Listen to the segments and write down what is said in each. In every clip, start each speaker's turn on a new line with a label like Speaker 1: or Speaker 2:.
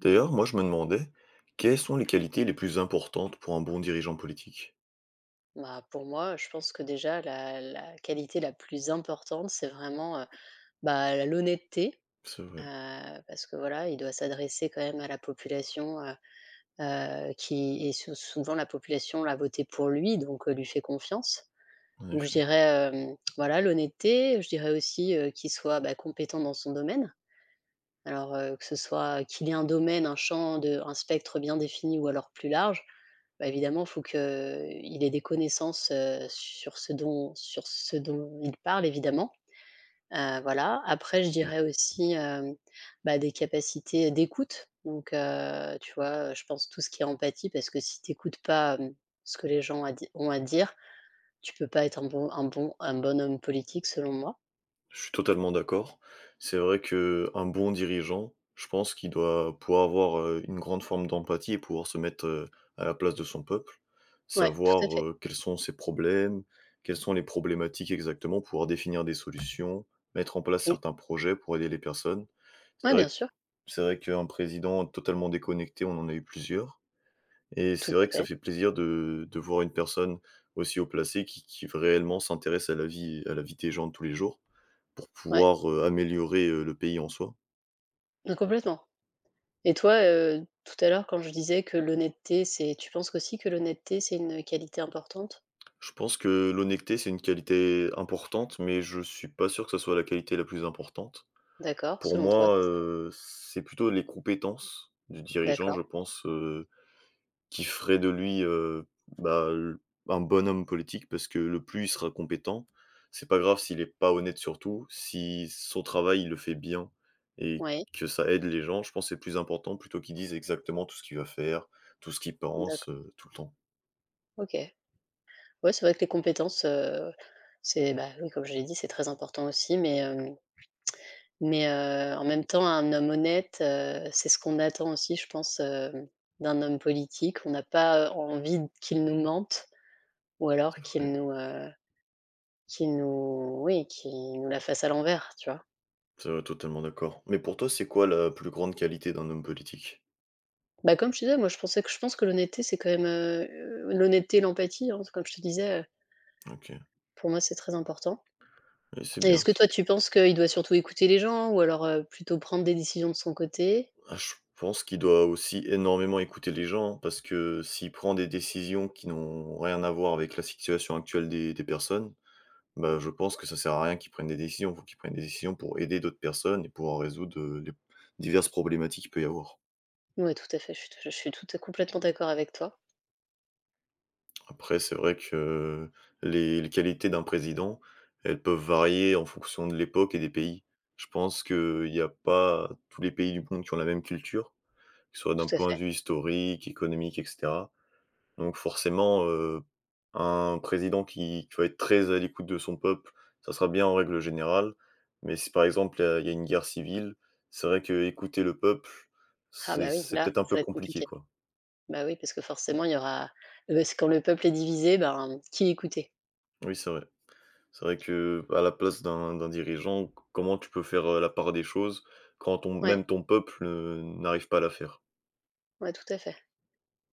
Speaker 1: D'ailleurs, moi, je me demandais, quelles sont les qualités les plus importantes pour un bon dirigeant politique?
Speaker 2: Bah, pour moi, je pense que déjà la qualité la plus importante, c'est vraiment, bah, la l'honnêteté,
Speaker 1: C'est vrai,
Speaker 2: parce que voilà, il doit s'adresser quand même à la population, qui est souvent la population l'a voté pour lui, donc, lui fait confiance.
Speaker 1: en
Speaker 2: Donc je
Speaker 1: effet.
Speaker 2: dirais, voilà l'honnêteté, je dirais aussi, qu'il soit, bah, compétent dans son domaine. Alors, que ce soit qu'il ait un domaine, un champ de un spectre bien défini ou alors plus large. Bah, évidemment, il faut qu'il ait des connaissances, sur ce dont il parle évidemment, voilà. Après je
Speaker 1: Oui,
Speaker 2: dirais aussi, bah, des capacités d'écoute donc tu vois, je pense tout ce qui est empathie parce que si tu écoutes pas, ce que les gens à di ont à dire, tu peux pas être un bon homme politique selon moi.
Speaker 1: je suis totalement d'accord. C'est vrai que un bon dirigeant, je pense qu'il doit pouvoir avoir, une grande forme d'empathie et pouvoir se mettre, à la place de son peuple,
Speaker 2: Ouais, tout à
Speaker 1: savoir,
Speaker 2: fait.
Speaker 1: quels sont ses problèmes, quelles sont les problématiques exactement, pouvoir définir des solutions, mettre en place
Speaker 2: Mmh.
Speaker 1: certains projets pour aider les personnes. C'est
Speaker 2: Ouais,
Speaker 1: vrai
Speaker 2: bien
Speaker 1: q
Speaker 2: sûr,
Speaker 1: c'est vrai qu'un président totalement déconnecté, on en a eu plusieurs. Et
Speaker 2: tout
Speaker 1: c'est
Speaker 2: à
Speaker 1: vrai que ça
Speaker 2: fait.
Speaker 1: fait plaisir de voir une personne aussi haut placée qui réellement s'intéresse à la vie des gens de tous les jours pour
Speaker 2: Ouais,
Speaker 1: pouvoir, améliorer, le pays en soi.
Speaker 2: donc complètement. Et toi, tout à l'heure quand je disais que l'honnêteté, c'est tu penses aussi que l'honnêteté, c'est une qualité importante?
Speaker 1: Je pense que l'honnêteté, c'est une qualité importante, mais je suis pas sûr que ce soit la qualité la plus importante.
Speaker 2: D'accord,
Speaker 1: Pour
Speaker 2: selon toi,
Speaker 1: moi,
Speaker 2: c
Speaker 1: c'est plutôt les compétences du dirigeant, je
Speaker 2: d'accord,
Speaker 1: pense, qui ferait de lui, bah, l un bon homme politique parce que le plus il sera compétent, c'est pas grave s'il est pas honnête surtout, si son travail, il le fait bien et
Speaker 2: oui,
Speaker 1: que ça aide les gens, je pense que c'est le plus important plutôt qu'il dise exactement tout ce qu'il va faire, tout ce qu'il pense,
Speaker 2: d'accord,
Speaker 1: tout le temps.
Speaker 2: OK. Ouais, c'est vrai que les compétences, c'est bah, oui, comme je l'ai dit, c'est très important aussi, mais en même temps, un homme honnête, c'est ce qu'on attend aussi, je pense, d'un homme politique. On n'a pas, envie qu'il nous mente ou alors
Speaker 1: C'est vrai,
Speaker 2: qu'il nous oui, qu'il nous la fasse à l'envers, tu vois?
Speaker 1: c'est vrai, totalement d'accord. Mais pour toi, c'est quoi la plus grande qualité d'un homme politique?
Speaker 2: Bah, comme je te disais, moi je pense que l'honnêteté, c'est quand même, l'honnêteté et l'empathie, hein, comme je te disais,
Speaker 1: OK,
Speaker 2: pour moi c'est très important
Speaker 1: et c'est
Speaker 2: et
Speaker 1: bien.
Speaker 2: est-ce que toi tu penses qu'il doit surtout écouter les gens ou alors, plutôt prendre des décisions de son côté?
Speaker 1: Ah, je pense qu'il doit aussi énormément écouter les gens, hein, parce que s'il prend des décisions qui n'ont rien à voir avec la situation actuelle des personnes, bah, je pense que ça sert à rien qu'il prenne des décisions. Il faut qu'il prenne des décisions pour aider d'autres personnes et pouvoir résoudre, les diverses problématiques qu'il peut y avoir.
Speaker 2: Ouais, tout à fait, je suis tout complètement d'accord avec toi,
Speaker 1: Après, c'est vrai que les qualités d'un président, elles peuvent varier en fonction de l'époque et des pays. Je pense qu'il n'y a pas tous les pays du monde qui ont la même culture, que ce soit d'un
Speaker 2: tout à
Speaker 1: point de
Speaker 2: fait.
Speaker 1: vue historique, économique etc. Donc forcément, un président qui va être très à l'écoute de son peuple, ça sera bien en règle générale. Mais si par exemple, il y a une guerre civile, c'est vrai que écouter le peuple,
Speaker 2: Ah
Speaker 1: c'est
Speaker 2: bah, oui,
Speaker 1: c'est
Speaker 2: là,
Speaker 1: peut-être un peu
Speaker 2: ça va être
Speaker 1: compliqué,
Speaker 2: compliqué.
Speaker 1: quoi.
Speaker 2: Bah, oui, parce que forcément il y aura c'est quand le peuple est divisé, ben, qui écouter?
Speaker 1: Oui, c'est vrai. C'est vrai que à la place d'un dirigeant, comment tu peux faire, la part des choses quand ton
Speaker 2: Ouais,
Speaker 1: même ton peuple, n'arrive pas à la faire?
Speaker 2: ouais, tout à fait.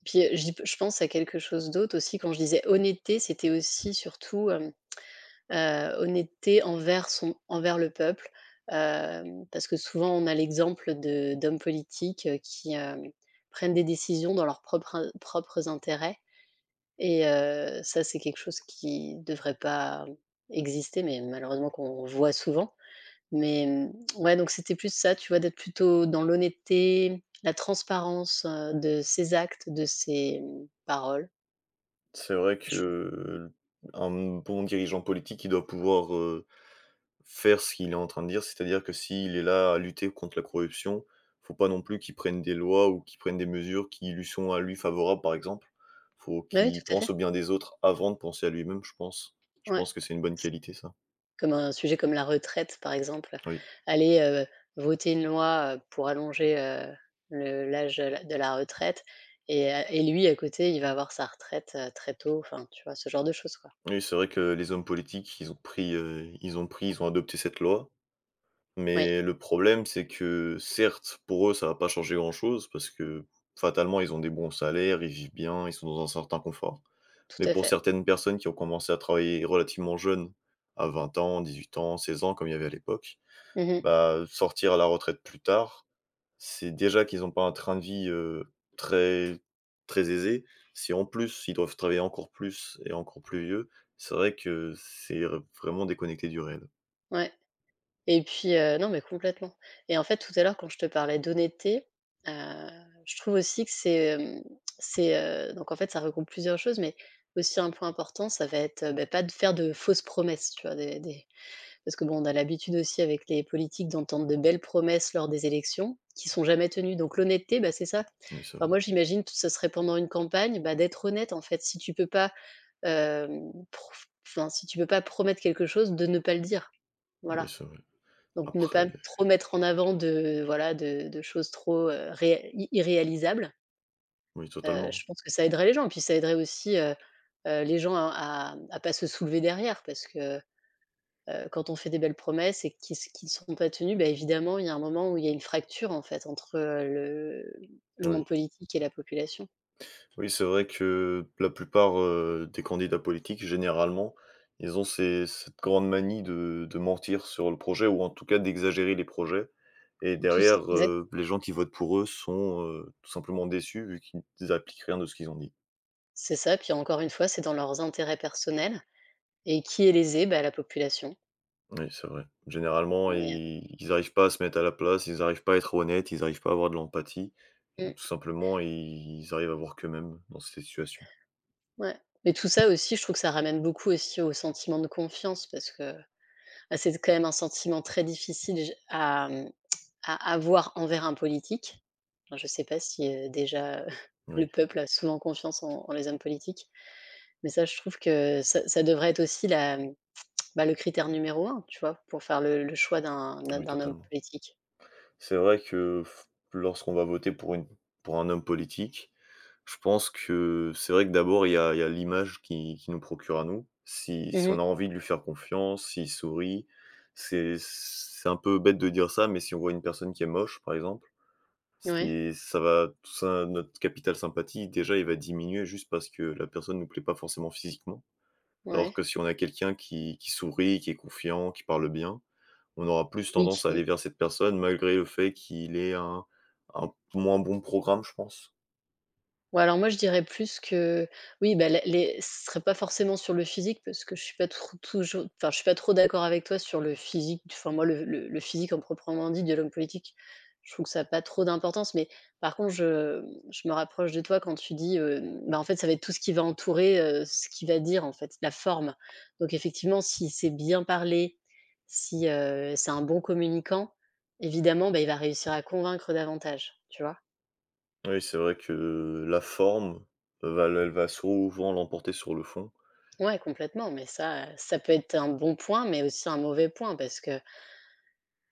Speaker 2: Puis, je pense à quelque chose d'autre aussi quand je disais honnêteté, c'était aussi surtout, honnêteté envers le peuple, parce que souvent on a l'exemple de d'hommes politiques, qui, prennent des décisions dans leurs propres intérêts et ça c'est quelque chose qui devrait pas exister, mais malheureusement qu'on voit souvent. Mais, mmh, ouais, donc c'était plus ça, tu vois? D'être plutôt dans l'honnêteté, la transparence, de ses actes, de ses, paroles.
Speaker 1: C'est vrai que,
Speaker 2: Je trouve
Speaker 1: un bon dirigeant politique, il doit pouvoir faire ce qu'il est en train de dire, c'est-à-dire que s'il est là à lutter contre la corruption, faut pas non plus qu'il prenne des lois ou qu'il prenne des mesures qui lui sont à lui favorables, par exemple. Faut
Speaker 2: bah oui,
Speaker 1: qu'il
Speaker 2: tout à
Speaker 1: pense
Speaker 2: fait.
Speaker 1: au bien des autres avant de penser à lui-même, je pense. Je
Speaker 2: Ouais.
Speaker 1: pense que c'est une bonne qualité ça.
Speaker 2: Comme un sujet comme la retraite, par exemple,
Speaker 1: Oui.
Speaker 2: aller, voter une loi, pour allonger, le l'âge, de la retraite et et lui, à côté, il va avoir sa retraite, très tôt, enfin, tu vois? Ce genre de choses, quoi.
Speaker 1: Oui, c'est vrai que les hommes politiques, ils ont adopté cette loi,
Speaker 2: Oui,
Speaker 1: mais le problème, c'est que certes, pour eux, ça va pas changer grand-chose parce que fatalement, ils ont des bons salaires, ils vivent bien, ils sont dans un certain confort.
Speaker 2: tout
Speaker 1: Mais
Speaker 2: à
Speaker 1: pour
Speaker 2: fait.
Speaker 1: certaines personnes qui ont commencé à travailler relativement jeunes, à 20 ans, 18 ans, 16 ans, comme il y avait à l'époque,
Speaker 2: Mmh.
Speaker 1: bah, sortir à la retraite plus tard, c'est déjà qu'ils n'ont pas un train de vie, très très aisé. Si en plus, ils doivent travailler encore plus et encore plus vieux, c'est vrai que c'est r vraiment déconnecté du réel.
Speaker 2: Ouais et puis, non, mais complètement et en fait, tout à l'heure, quand je te parlais d'honnêteté, heu, je trouve aussi que c'est, donc en fait, ça regroupe plusieurs choses, mais aussi un point important, ça va être, bah, pas de faire de fausses promesses, tu vois? Des Parce que bon, on a l'habitude aussi avec les politiques d'entendre de belles promesses lors des élections qui sont jamais tenues. Donc l'honnêteté, bah, c'est ça.
Speaker 1: Oui, c'est
Speaker 2: Enfin
Speaker 1: vrai,
Speaker 2: moi j'imagine que ce serait pendant une campagne, bah, d'être honnête en fait. Si tu peux pas, hem, prof enfin si tu peux pas promettre quelque chose, de ne pas le dire.
Speaker 1: oui,
Speaker 2: Voilà.
Speaker 1: c'est vrai.
Speaker 2: Donc ne
Speaker 1: Après
Speaker 2: pas trop mettre en avant de voilà, de choses trop, ré i irréalisables.
Speaker 1: oui, totalement,
Speaker 2: Je pense que ça aiderait les gens. Puis ça aiderait aussi, les gens à pas se soulever derrière parce que quand on fait des belles promesses et qui ne sont pas tenues, bah, évidemment, il y a un moment où il y a une fracture, en fait, entre, le monde
Speaker 1: oui.
Speaker 2: politique et la population.
Speaker 1: Oui, c'est vrai que la plupart, des candidats politiques, généralement, ils ont ces cette grande manie de mentir sur le projet ou en tout cas d'exagérer les projets et
Speaker 2: Tout ça
Speaker 1: derrière,
Speaker 2: exact
Speaker 1: les gens qui votent pour eux sont, tout simplement déçus vu qu'ils n'appliquent rien de ce qu'ils ont dit.
Speaker 2: C'est ça, puis encore une fois, c'est dans leurs intérêts personnels et qui est lésé? Bah, la population.
Speaker 1: Oui, c'est vrai. Généralement,
Speaker 2: Mais
Speaker 1: ils arrivent pas à se mettre à la place, ils arrivent pas à être honnêtes, ils arrivent pas à avoir de l'empathie et
Speaker 2: heu,
Speaker 1: tout simplement, ils arrivent à voir qu'eux-mêmes dans ces situations.
Speaker 2: mmh, ouais. Mais tout ça aussi, je trouve que ça ramène beaucoup aussi au sentiment de confiance parce que, bah, c'est quand même un sentiment très difficile à avoir envers un politique. Enfin, je ne sais pas si, déjà,
Speaker 1: Oui,
Speaker 2: le peuple a souvent confiance en les hommes politiques. Mais ça, je trouve que ça devrait être aussi bah, le critère numéro un, tu vois? Pour faire le choix
Speaker 1: oui,
Speaker 2: d'un homme
Speaker 1: totalement.
Speaker 2: politique.
Speaker 1: C'est vrai que f lorsqu'on va voter pour une pour un homme politique, je pense que c'est vrai que d'abord il y a l'image qui nous procure à nous. Si
Speaker 2: Mmh.
Speaker 1: on a envie de lui faire confiance, s'il sourit, c'est un peu bête de dire ça, mais si on voit une personne qui est moche par exemple,
Speaker 2: Ouais,
Speaker 1: c'est ça va tout ça notre capital sympathie déjà il va diminuer juste parce que la personne ne nous plaît pas forcément physiquement. Alors que
Speaker 2: ouais.
Speaker 1: si on a quelqu'un qui sourit, qui est confiant, qui parle bien, on aura plus
Speaker 2: Oui,
Speaker 1: tendance à
Speaker 2: qui
Speaker 1: aller vers cette personne malgré le fait qu'il ait un moins bon programme, je pense.
Speaker 2: Ouais, alors moi je dirais plus que oui, bah, les ce serait pas forcément sur le physique parce que je suis pas trop d'accord avec toi sur le physique. Enfin moi le physique en proprement dit de l'homme politique, je trouve que ça a pas trop d'importance. Mais par contre je me rapproche de toi quand tu dis, bah, en fait ça va être tout ce qui va entourer, ce qu'il va dire en fait, la forme. Donc effectivement si c'est bien parlé si, c'est un bon communicant, évidemment, bah, il va réussir à convaincre davantage, tu vois?
Speaker 1: Oui, c'est vrai que la forme va elle va souvent l'emporter sur le fond.
Speaker 2: Ouais, complètement, mais ça peut être un bon point, mais aussi un mauvais point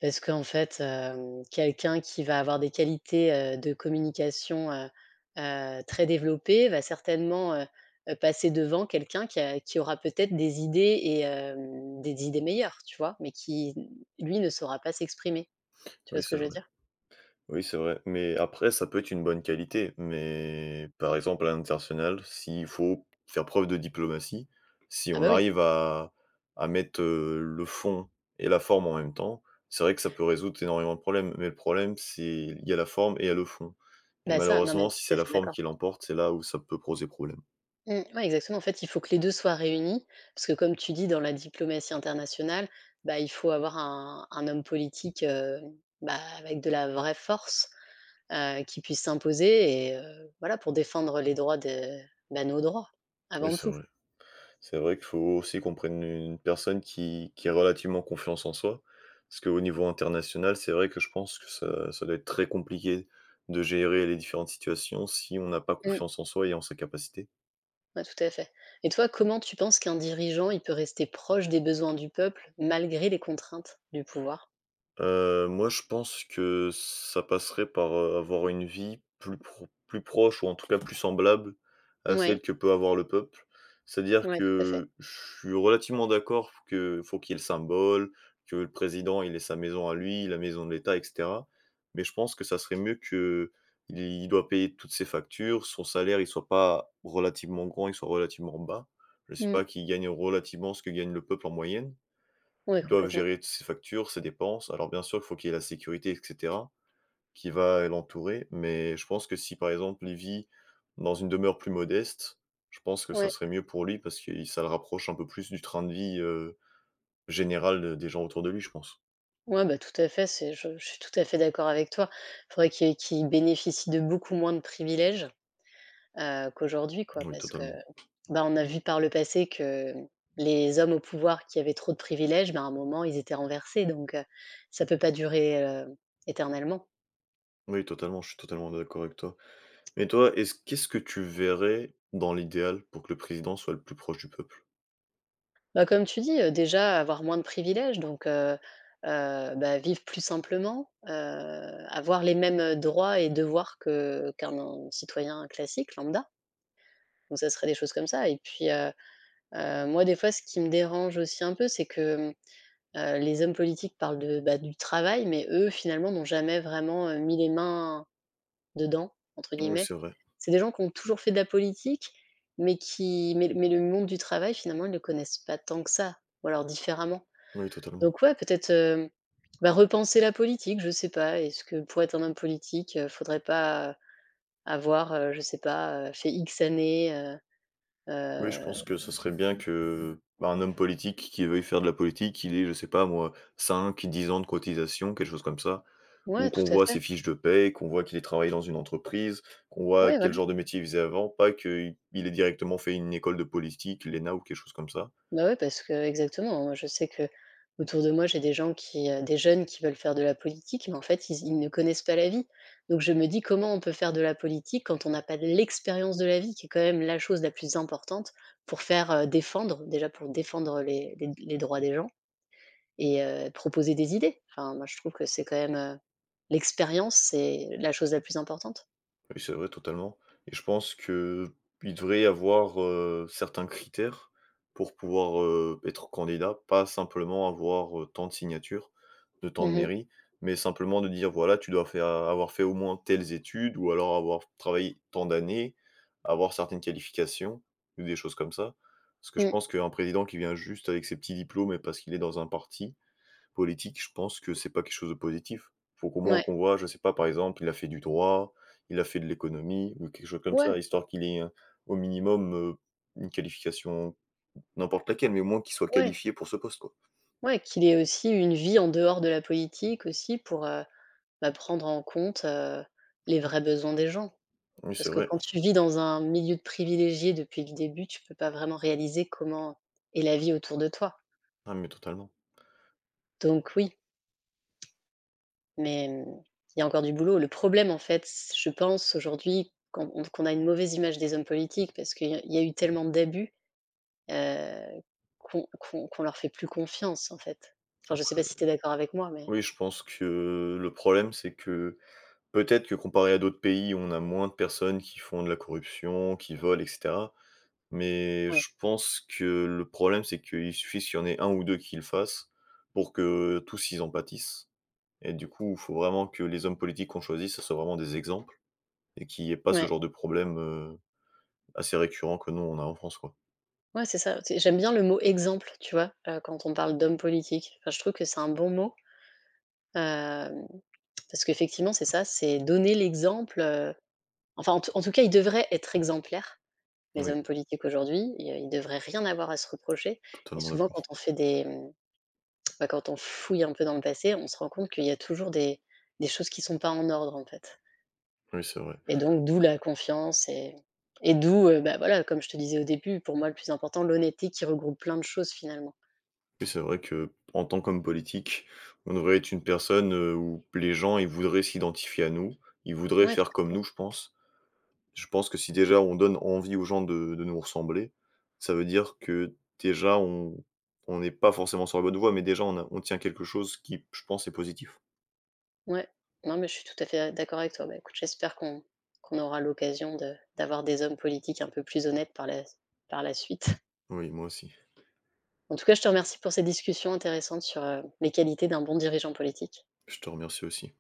Speaker 2: parce qu'en fait, quelqu'un qui va avoir des qualités, de communication, très développées va certainement, passer devant quelqu'un qui aura peut-être des idées et des idées meilleures, tu vois? Mais qui, lui, ne saura pas s'exprimer. Tu vois
Speaker 1: Oui,
Speaker 2: ce
Speaker 1: c'est
Speaker 2: que je veux
Speaker 1: vrai.
Speaker 2: dire?
Speaker 1: Oui, c'est vrai, mais après ça peut être une bonne qualité, mais par exemple à l'international, s'il faut faire preuve de diplomatie, si
Speaker 2: Ah
Speaker 1: on
Speaker 2: bah, oui.
Speaker 1: arrive à mettre, le fond et la forme en même temps, c'est vrai que ça peut résoudre énormément de problèmes, mais le problème c'est il y a la forme et il y a le fond et
Speaker 2: Bah, ça, non mais
Speaker 1: malheureusement si
Speaker 2: tout
Speaker 1: c'est
Speaker 2: à
Speaker 1: la
Speaker 2: fait
Speaker 1: forme
Speaker 2: d'accord.
Speaker 1: qui l'emporte, c'est là où ça peut poser problème.
Speaker 2: Mmh, ouais, exactement. En fait, il faut que les 2 soient réunis parce que comme tu dis, dans la diplomatie internationale, bah, il faut avoir un homme politique, bah, avec de la vraie force, qui puisse s'imposer et voilà, pour défendre les droits de bah, nos droits,
Speaker 1: Oui,
Speaker 2: avant
Speaker 1: c'est
Speaker 2: tout.
Speaker 1: vrai. C'est vrai qu'il faut aussi qu'on prenne une personne qui ait relativement confiance en soi. Parce qu'au niveau international, c'est vrai que je pense que ça doit être très compliqué de gérer les différentes situations si on n'a pas
Speaker 2: Mmh,
Speaker 1: confiance en soi et en ses capacités.
Speaker 2: ouais, tout à fait et toi, comment tu penses qu'un dirigeant, il peut rester proche des besoins du peuple malgré les contraintes du pouvoir?
Speaker 1: Moi, je pense que ça passerait par, avoir une vie plus pro plus proche ou en tout cas plus semblable à celle
Speaker 2: Ouais,
Speaker 1: que peut avoir le peuple. C'est-à-dire
Speaker 2: ouais, tout à fait.
Speaker 1: que je suis relativement d'accord que faut qu'il y ait le symbole, que le président, il ait sa maison à lui, la maison de l'État et cetera. Mais je pense que ça serait mieux qu'il doit payer toutes ses factures, son salaire, il soit pas relativement grand, il soit relativement bas. Je sais
Speaker 2: Mmh,
Speaker 1: pas, qu'il gagne relativement ce que gagne le peuple en moyenne
Speaker 2: ouais,
Speaker 1: qui doivent
Speaker 2: complètement.
Speaker 1: gérer toutes ces factures, ces dépenses. Alors bien sûr, il faut qu'il y ait la sécurité, et cetera, qui va l'entourer, mais je pense que si, par exemple, il vit dans une demeure plus modeste, je pense que ça
Speaker 2: Ouais.
Speaker 1: serait mieux pour lui parce que ça le rapproche un peu plus du train de vie, général, des gens autour de lui, je pense.
Speaker 2: Ouais, bah, tout à fait, c'est je suis tout à fait d'accord avec toi. Il faudrait qu'ils bénéficient de beaucoup moins de privilèges, qu'aujourd'hui, quoi,
Speaker 1: Oui,
Speaker 2: parce que,
Speaker 1: totalement.
Speaker 2: bah, on a vu par le passé que les hommes au pouvoir qui avaient trop de privilèges, bah à un moment, ils étaient renversés, donc ça peut pas durer, éternellement.
Speaker 1: Oui, totalement, je suis totalement d'accord avec toi. Mais toi, est-ce qu'est-ce que tu verrais dans l'idéal pour que le président soit le plus proche du peuple?
Speaker 2: Bah, comme tu dis, déjà avoir moins de privilèges, donc bah, vivre plus simplement, avoir les mêmes, droits et devoirs que qu'un citoyen classique lambda, donc ça serait des choses comme ça et puis, moi, des fois, ce qui me dérange aussi un peu, c'est que, les hommes politiques parlent bah, du travail, mais eux, finalement, n'ont jamais vraiment, mis les mains «dedans», entre
Speaker 1: Oui,
Speaker 2: guillemets.
Speaker 1: c'est vrai.
Speaker 2: C'est des gens qui ont toujours fait de la politique, mais qui mais le monde du travail, finalement, ils ne le connaissent pas tant que ça, ou alors différemment.
Speaker 1: Oui, totalement.
Speaker 2: Donc ouais, peut-être, bah, repenser la politique, je sais pas. Est-ce que pour être un homme politique, faudrait pas, avoir, je sais pas, fait X années,
Speaker 1: Oui, je
Speaker 2: heu
Speaker 1: pense que ce serait bien que, bah, un homme politique qui veuille faire de la politique, il ait, je sais pas moi, 5, 10 ans de cotisation, quelque chose comme ça, ou
Speaker 2: ouais, tout
Speaker 1: qu'on
Speaker 2: à
Speaker 1: voit ses
Speaker 2: fait.
Speaker 1: fiches de paie, qu'on voit qu'il ait travaillé dans une entreprise, qu'on voit
Speaker 2: Ouais.
Speaker 1: quel genre de métier il faisait avant, pas qu'il il ait directement fait une école de politique, l'ENA ou quelque chose comme ça.
Speaker 2: Bah, ouais, parce que exactement, moi je sais que autour de moi, j'ai des gens qui, des jeunes qui veulent faire de la politique, mais en fait, ils ne connaissent pas la vie. Donc je me dis: «Comment on peut faire de la politique quand on n'a pas de l'expérience de la vie?» qui est quand même la chose la plus importante pour faire, défendre, déjà pour défendre les droits des gens et proposer des idées. Enfin, moi je trouve que c'est quand même, l'expérience, c'est la chose la plus importante.
Speaker 1: Oui, c'est vrai, totalement et je pense que il devrait y avoir, certains critères pour pouvoir, être candidat, pas simplement avoir, tant de signatures, de tant de
Speaker 2: Mmh mh.
Speaker 1: mairies, mais simplement de dire: «Voilà, tu dois faire avoir fait au moins telles études ou alors avoir travaillé tant d'années, avoir certaines qualifications» ou des choses comme ça. Parce que je
Speaker 2: Mmh.
Speaker 1: pense qu'un président qui vient juste avec ses petits diplômes et parce qu'il est dans un parti, politique, je pense que c'est pas quelque chose de positif. Faut qu'au moins
Speaker 2: Ouais.
Speaker 1: qu'on voit, je sais pas, par exemple, il a fait du droit, il a fait de l'économie ou quelque chose comme
Speaker 2: Ouais,
Speaker 1: ça, histoire qu'il ait, au minimum, une qualification, n'importe laquelle, mais au moins qu'il soit
Speaker 2: ouais,
Speaker 1: qualifié pour ce poste, quoi.
Speaker 2: ouais, qu'il ait aussi une vie en dehors de la politique aussi pour, bah, prendre en compte, les vrais besoins des gens.
Speaker 1: Oui, c'est
Speaker 2: Parce que
Speaker 1: vrai.
Speaker 2: quand tu vis dans un milieu de privilégiés depuis le début, tu peux pas vraiment réaliser comment est la vie autour de toi.
Speaker 1: Ah, mais totalement.
Speaker 2: Donc oui, mais il y a encore du boulot. Le problème, en fait, c je pense aujourd'hui qu'on a une mauvaise image des hommes politiques parce qu'il y a il y a eu tellement d'abus, heu, qu'on leur fait plus confiance, en fait. Enfin, je sais
Speaker 1: Après
Speaker 2: pas si tu es d'accord avec moi, mais
Speaker 1: oui, je pense que le problème, c'est que peut-être que comparé à d'autres pays, on a moins de personnes qui font de la corruption, qui volent et cetera, mais
Speaker 2: oui.
Speaker 1: je pense que le problème, c'est qu'il suffit qu'il y en ait un ou 2 qui le fassent pour que tous ils en pâtissent et du coup, il faut vraiment que les hommes politiques qu'on choisit, ça soit vraiment des exemples et qu'il n'y ait pas ce
Speaker 2: Ouais,
Speaker 1: genre de problème, assez récurrent que nous, on a en France, quoi.
Speaker 2: ouais, c'est ça. C'est J'aime bien le mot «exemple», tu vois? Quand on parle d'hommes politiques. Enfin, je trouve que c'est un bon mot. Hem, Parce qu'effectivement, c'est ça, c'est donner l'exemple, enfin, en tout cas, ils devraient être exemplaires, les
Speaker 1: Oui,
Speaker 2: hommes politiques aujourd'hui. Ils devraient rien avoir à se reprocher et
Speaker 1: totalement
Speaker 2: souvent quand
Speaker 1: d'accord.
Speaker 2: on fait des, bah, quand on fouille un peu dans le passé, on se rend compte qu'il y a toujours des choses qui sont pas en ordre, en fait
Speaker 1: Oui, c'est vrai.
Speaker 2: et donc d'où la confiance et d'où, bah, voilà, comme je te disais au début, pour moi, le plus important, l'honnêteté qui regroupe plein de choses, finalement.
Speaker 1: Oui, c'est vrai que en tant qu'homme politique, on devrait être une personne, où les gens, ils voudraient s'identifier à nous, ils voudraient
Speaker 2: Ouais,
Speaker 1: faire comme nous, je pense. Je pense que si déjà on donne envie aux gens de nous ressembler, ça veut dire que déjà on n'est pas forcément sur la bonne voie, mais déjà on tient quelque chose qui, je pense, est positif.
Speaker 2: ouais, non, mais je suis tout à fait d'accord avec toi. Bah, écoute, j'espère qu'on aura l'occasion de d'avoir des hommes politiques un peu plus honnêtes par la suite.
Speaker 1: Oui, moi aussi.
Speaker 2: En tout cas, je te remercie pour ces discussions intéressantes sur, les qualités d'un bon dirigeant politique.
Speaker 1: Je te remercie aussi.